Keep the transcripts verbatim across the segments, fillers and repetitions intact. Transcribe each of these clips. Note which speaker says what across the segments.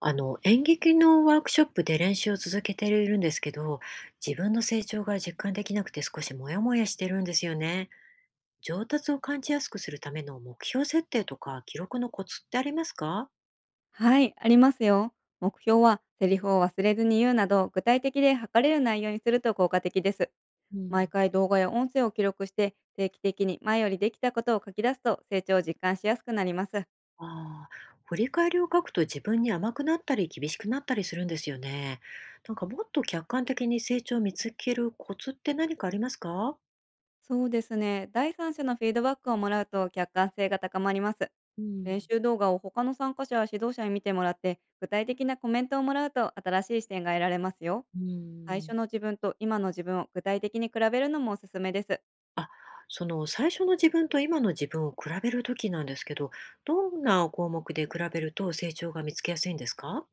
Speaker 1: あの、演劇のワークショップで練習を続けているんですけど、自分の成長が実感できなくて少しモヤモヤしてるんですよね。上達を感じやすくするための目標設定とか記録のコツってありますか？
Speaker 2: はい、ありますよ。目標はセリフを忘れずに言うなど、具体的で測れる内容にすると効果的です。
Speaker 1: う
Speaker 2: 毎
Speaker 1: ん。
Speaker 2: 回動画や音声を記録して、定期的に前よりできたことを書き出すと、成長を実感しやすくなります。
Speaker 1: ああ、振り返りを書くと自分に甘くなったり厳しくなったりするんですよね。なんかもっと客観的に成長を見つけるコツって何かありますか？
Speaker 2: そうですね。第三者のフィードバックをもらうと客観性が高まります。
Speaker 1: う
Speaker 2: 練
Speaker 1: ん。
Speaker 2: 習動画を他の参加者や指導者に見てもらって、具体的なコメントをもらうと、新しい視点が得られますよ。
Speaker 1: う
Speaker 2: 最初
Speaker 1: ん。
Speaker 2: の自分と今の自分を具体的に比べるのもおすすめです。
Speaker 1: あ、その最初の自分と今の自分を比べるときなんですけど、どんな項目で比べると成長が見つけやすいんですか？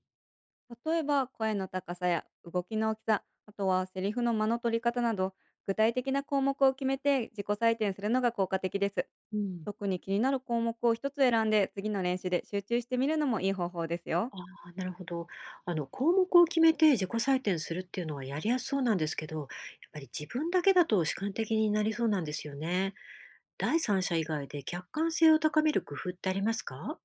Speaker 2: 例えば声の高さや動きの大きさ、あとはセリフの間の取り方など、具体的な項目を決めて自己採点するのが効果的です。
Speaker 1: うん。
Speaker 2: 特に気になる項目を一つ選んで、次の練習で集中してみるのもいい方法ですよ。
Speaker 1: ああ、なるほど。あの項目を決めて自己採点するっていうのはやりやすそうなんですけど、やっぱり自分だけだと主観的になりそうなんですよね。第三者以外で客観性を高める工夫ってありますか？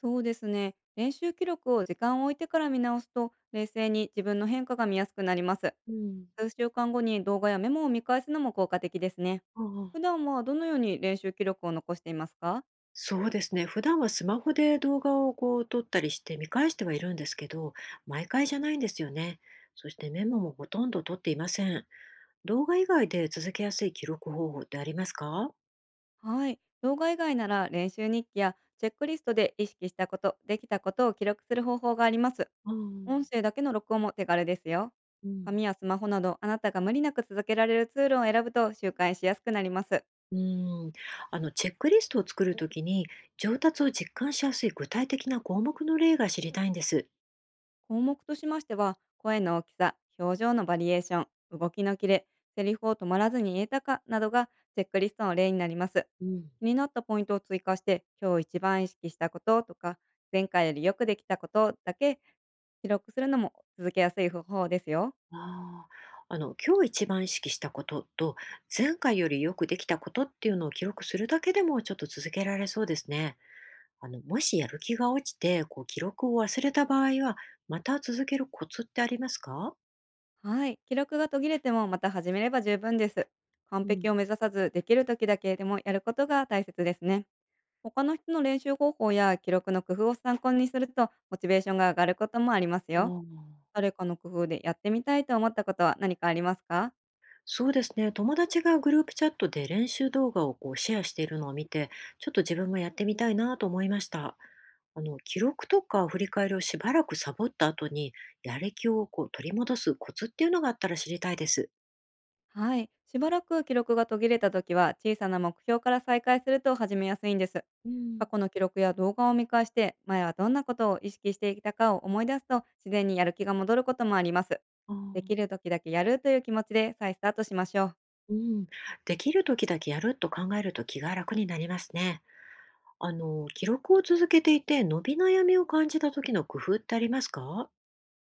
Speaker 2: そうですね。練習記録を時間を置いてから見直すと、冷静に自分の変化が見やすくなります。
Speaker 1: うん。
Speaker 2: すうしゅうかんごに動画やメモを見返すのも効果的ですね。
Speaker 1: あ
Speaker 2: 普
Speaker 1: あ、
Speaker 2: 段はどのように練習記録を残していますか？
Speaker 1: そうですね。普段はスマホで動画をこう撮ったりして見返してはいるんですけど、毎回じゃないんですよね。そしてメモもほとんど撮っていません。動画以外で続けやすい記録方法ってありますか？
Speaker 2: はい。動画以外なら、練習日記やチェックリストで意識したこと、できたことを記録する方法があります。
Speaker 1: う
Speaker 2: 音
Speaker 1: ん。
Speaker 2: 声だけの録音も手軽ですよ。
Speaker 1: うん。
Speaker 2: 紙やスマホなど、あなたが無理なく続けられるツールを選ぶと習慣しやすくなります。
Speaker 1: うん。あの、チェックリストを作るときに上達を実感しやすい具体的な項目の例が知りたいんです。
Speaker 2: 項目としましては、声の大きさ、表情のバリエーション、動きのキレ、セリフを止まらずに言えたかなどが、チェックリストの例になります。
Speaker 1: うん。
Speaker 2: 気になったポイントを追加して、今日いちばん意識したこととか、前回よりよくできたことだけ記録するのも続けやすい方法ですよ。
Speaker 1: ああ、あの、今日一番意識したことと、前回よりよくできたことっていうのを記録するだけでもちょっと続けられそうですね。あの、もしやる気が落ちて、こう記録を忘れた場合は、また続けるコツってありますか？
Speaker 2: はい。記録が途切れても、また始めれば十分です。完
Speaker 1: う
Speaker 2: 璧
Speaker 1: ん。
Speaker 2: を目指さず、できる時だけでもやることが大切ですね。他の人の練習方法や記録の工夫を参考にすると、モチベーションが上がることもあります
Speaker 1: あ
Speaker 2: よ。
Speaker 1: あ。
Speaker 2: 誰かの工夫でやってみたいと思ったことは何かありますか？
Speaker 1: そうですね、友達がグループチャットで練習動画をこうシェアしているのを見て、ちょっと自分もやってみたいなと思いました。あの、記録とか振り返りをしばらくサボった後に、やる気をこう取り戻すコツっていうのがあったら知りたいです。
Speaker 2: はい。しばらく記録が途切れた時は、小さな目標から再開すると始めやすいんです。
Speaker 1: う
Speaker 2: 過
Speaker 1: ん。
Speaker 2: 去の記録や動画を見返して、前はどんなことを意識していたかを思い出すと、自然にやる気が戻ることもあります。
Speaker 1: あ
Speaker 2: でき
Speaker 1: あ。
Speaker 2: る時だけやるという気持ちで再スタートしましょう。
Speaker 1: うん、できる時だけやると考えると気が楽になりますね。あの、記録を続けていて、伸び悩みを感じた時の工夫ってありますか？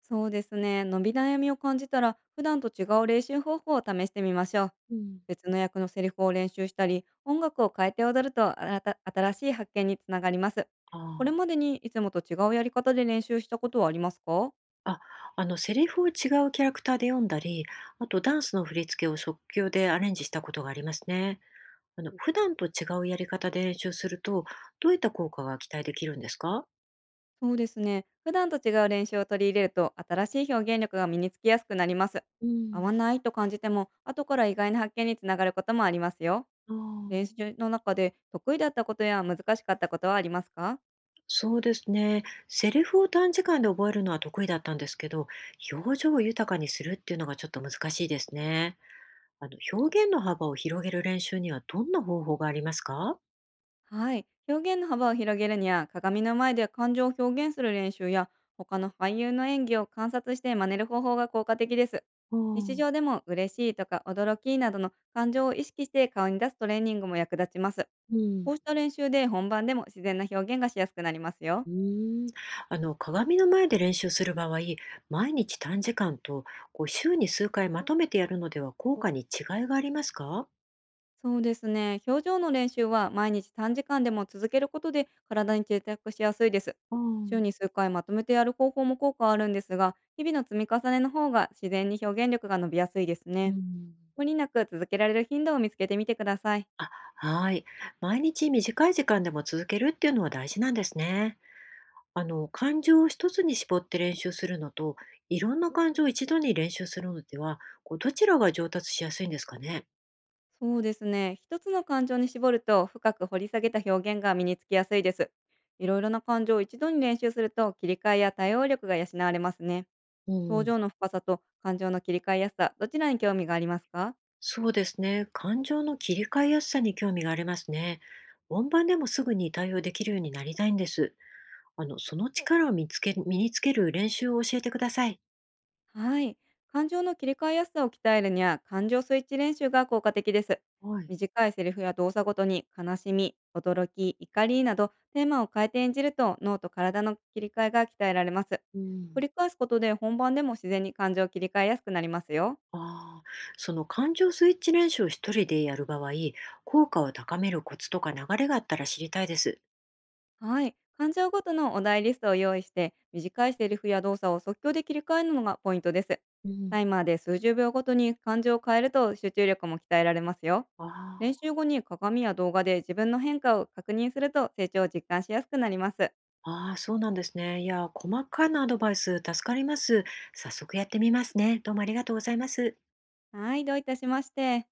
Speaker 2: そうですね。伸び悩みを感じたら、普段と違う練習方法を試してみましょう。
Speaker 1: うん。
Speaker 2: 別の役のセリフを練習したり、音楽を変えて踊ると、新た新しい発見につながります。
Speaker 1: あ
Speaker 2: これま
Speaker 1: あ。
Speaker 2: でにいつもと違うやり方で練習したことはありますか？
Speaker 1: あ、あの、セリフを違うキャラクターで読んだり、あとダンスの振り付けを即興でアレンジしたことがありますね。あの、普段と違うやり方で練習すると、どういった効果が期待できるんですか？
Speaker 2: そうですね。普段と違う練習を取り入れると、新しい表現力が身につきやすくなります。
Speaker 1: う
Speaker 2: 合
Speaker 1: ん。
Speaker 2: わないと感じても、後から意外な発見につながることもありますよ。
Speaker 1: あ
Speaker 2: 練
Speaker 1: あ、
Speaker 2: 習の中で得意だったことや難しかったことはありますか？
Speaker 1: そうですね。セリフを短時間で覚えるのは得意だったんですけど、表情を豊かにするっていうのがちょっと難しいですね。あの、表現の幅を広げる練習にはどんな方法がありますか？
Speaker 2: はい。表現の幅を広げるには、鏡の前で感情を表現する練習や、他の俳優の演技を観察して真似る方法が効果的です。
Speaker 1: ああ、う
Speaker 2: 日
Speaker 1: ん。
Speaker 2: 常でも、嬉しいとか驚きなどの感情を意識して顔に出すトレーニングも役立ちます。こうした練習で、本番でも自然な表現がしやすくなりますよ。
Speaker 1: うーん。あの、鏡の前で練習する場合、毎日短時間とこう週に数回まとめてやるのでは効果に違いがありますか？
Speaker 2: そうですね。表情の練習は毎日短時間でも続けることで、体に定着しやすいです。
Speaker 1: ああ、
Speaker 2: 週に数回まとめてやる方法も効果はあるんですが、日々の積み重ねの方が自然に表現力が伸びやすいです
Speaker 1: う
Speaker 2: ね。
Speaker 1: ん。
Speaker 2: 無理なく続けられる頻度を見つけてみてください。
Speaker 1: あ、はい。毎日短い時間でも続けるっていうのは大事なんですね。あの、感情を一つに絞って練習するのと、いろんな感情を一度に練習するのでは、こうどちらが上達しやすいんですかね。
Speaker 2: そうですね。一つの感情に絞ると深く掘り下げた表現が身につきやすいです。いろいろな感情をいちどに練習すると、切り替えや対応力が養われますね。
Speaker 1: う
Speaker 2: 表
Speaker 1: ん。
Speaker 2: 情の深さと感情の切り替えやすさ、どちらに興味がありますか？
Speaker 1: そうですね。感情の切り替えやすさに興味がありますね。本番でもすぐに対応できるようになりたいんです。あの、その力を見つけ、身につける練習を教えてください。
Speaker 2: はい。感情の切り替えやすさを鍛えるには、感情スイッチ練習が効果的です。
Speaker 1: はい。
Speaker 2: 短いセリフや動作ごとに、悲しみ、驚き、怒りなど、テーマを変えて演じると、脳と体の切り替えが鍛えられます。
Speaker 1: う
Speaker 2: 繰
Speaker 1: ん。
Speaker 2: り返すことで、本番でも自然に感情を切り替えやすくなりますよ。
Speaker 1: ああ、その感情スイッチ練習を一人でやる場合、効果を高めるコツとか流れがあったら知りたいです。
Speaker 2: はい。感情ごとのお題リストを用意して、短いセリフや動作を即興で切り替えるのがポイントです。
Speaker 1: うん。
Speaker 2: タイマーですうじゅうびょうごとに感情を変えると、集中力も鍛えられますよ。
Speaker 1: あ
Speaker 2: 練習後に鏡や動画で自分の変化を確認すると、成長を実感しやすくなります。
Speaker 1: あ、ああ、そうなんですね。いや、細かなアドバイス助かります。早速やってみますね。どうもありがとうございます。
Speaker 2: はい、どういたしまして。